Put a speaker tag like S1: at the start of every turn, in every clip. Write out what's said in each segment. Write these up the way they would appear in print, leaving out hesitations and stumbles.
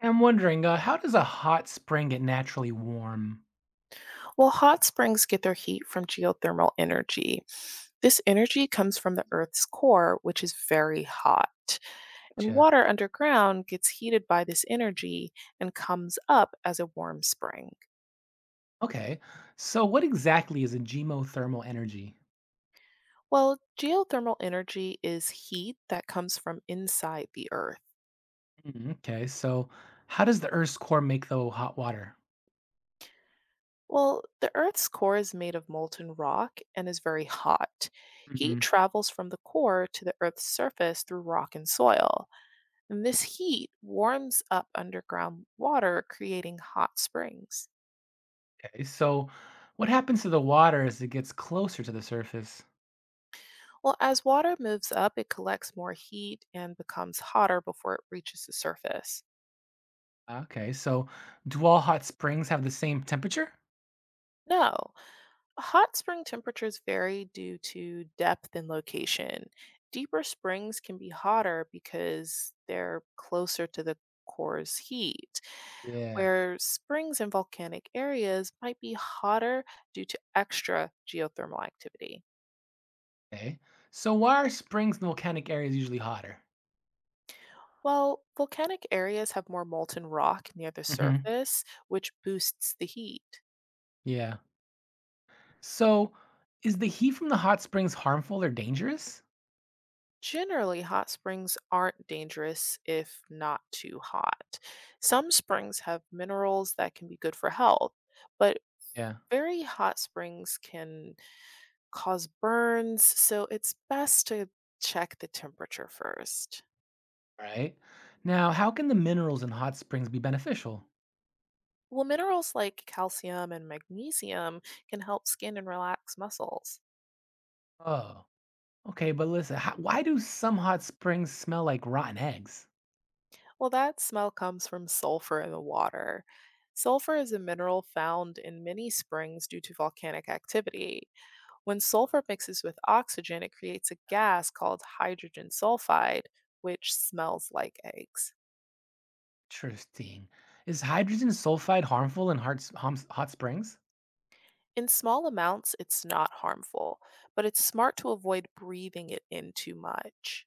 S1: I'm wondering, how does a hot spring get naturally warm?
S2: Well, hot springs get their heat from geothermal energy. This energy comes from the Earth's core, which is very hot. And
S1: Gotcha.
S2: water underground gets heated by this energy and comes up as a warm spring.
S1: Okay. So, what exactly is a geothermal energy?
S2: Well, geothermal energy is heat that comes from inside the Earth.
S1: Mm, okay. So, how does the Earth's core make the hot water?
S2: Well, the Earth's core is made of molten rock and is very hot. Heat
S1: Mm,
S2: travels from the core to the Earth's surface through rock and soil. And this heat warms up underground water, creating hot springs.
S1: okay. So, what happens to the water as it gets closer to the surface?
S2: Well, as water moves up, it collects more heat and becomes hotter before it reaches the surface.
S1: Okay. So, do all hot springs have the same temperature?
S2: No, hot spring temperatures vary due to depth and location. Deeper springs can be hotter because they're closer to the core's heat,
S1: Yeah.
S2: where springs in volcanic areas might be hotter due to extra geothermal activity.
S1: Okay. So, why are springs and volcanic areas usually hotter?
S2: Well, volcanic areas have more molten rock near the
S1: Hmm.
S2: surface, which boosts the heat.
S1: Yeah. So, is the heat from the hot springs harmful or dangerous?
S2: Generally, hot springs aren't dangerous if not too hot. Some springs have minerals that can be good for health, but
S1: Yeah.
S2: very hot springs can cause burns, so it's best to check the temperature first.
S1: Right. Now, how can the minerals in hot springs be beneficial?
S2: Well, minerals like calcium and magnesium can help skin and relax muscles.
S1: Oh, okay. But listen, why do some hot springs smell like rotten eggs?
S2: Well, that smell comes from sulfur in the water. Sulfur is a mineral found in many springs due to volcanic activity. When sulfur mixes with oxygen, it creates a gas called hydrogen sulfide, which smells like eggs.
S1: Interesting. Is hydrogen sulfide harmful in hot springs?
S2: In small amounts, it's not harmful, but it's smart to avoid breathing it in too much.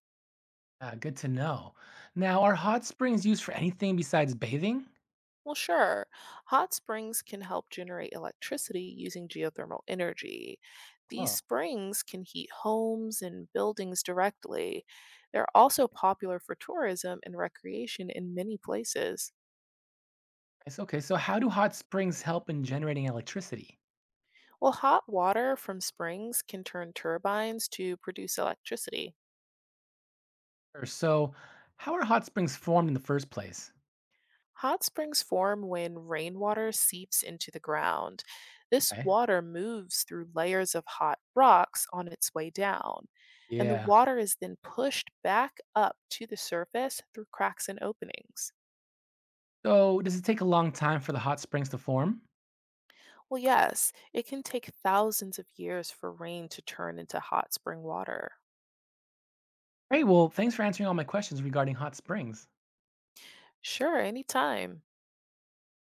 S1: Good to know. Now, are hot springs used for anything besides bathing?
S2: Well, sure. Hot springs can help generate electricity using geothermal energy. These
S1: Oh,
S2: springs can heat homes and buildings directly. They're also popular for tourism and recreation in many places.
S1: it's okay. So, how do hot springs help in generating electricity?
S2: Well, hot water from springs can turn turbines to produce electricity.
S1: Sure. So, how are hot springs formed in the first place?
S2: Hot springs form when rainwater seeps into the ground. This
S1: Okay.
S2: water moves through layers of hot rocks on its way down, and the
S1: Yeah.
S2: water is then pushed back up to the surface through cracks and openings.
S1: So, does it take a long time for the hot springs to form?
S2: Well, yes, it can take thousands of years for rain to turn into hot spring water.
S1: Great. Well, thanks for answering all my questions regarding hot springs.
S2: Sure, anytime.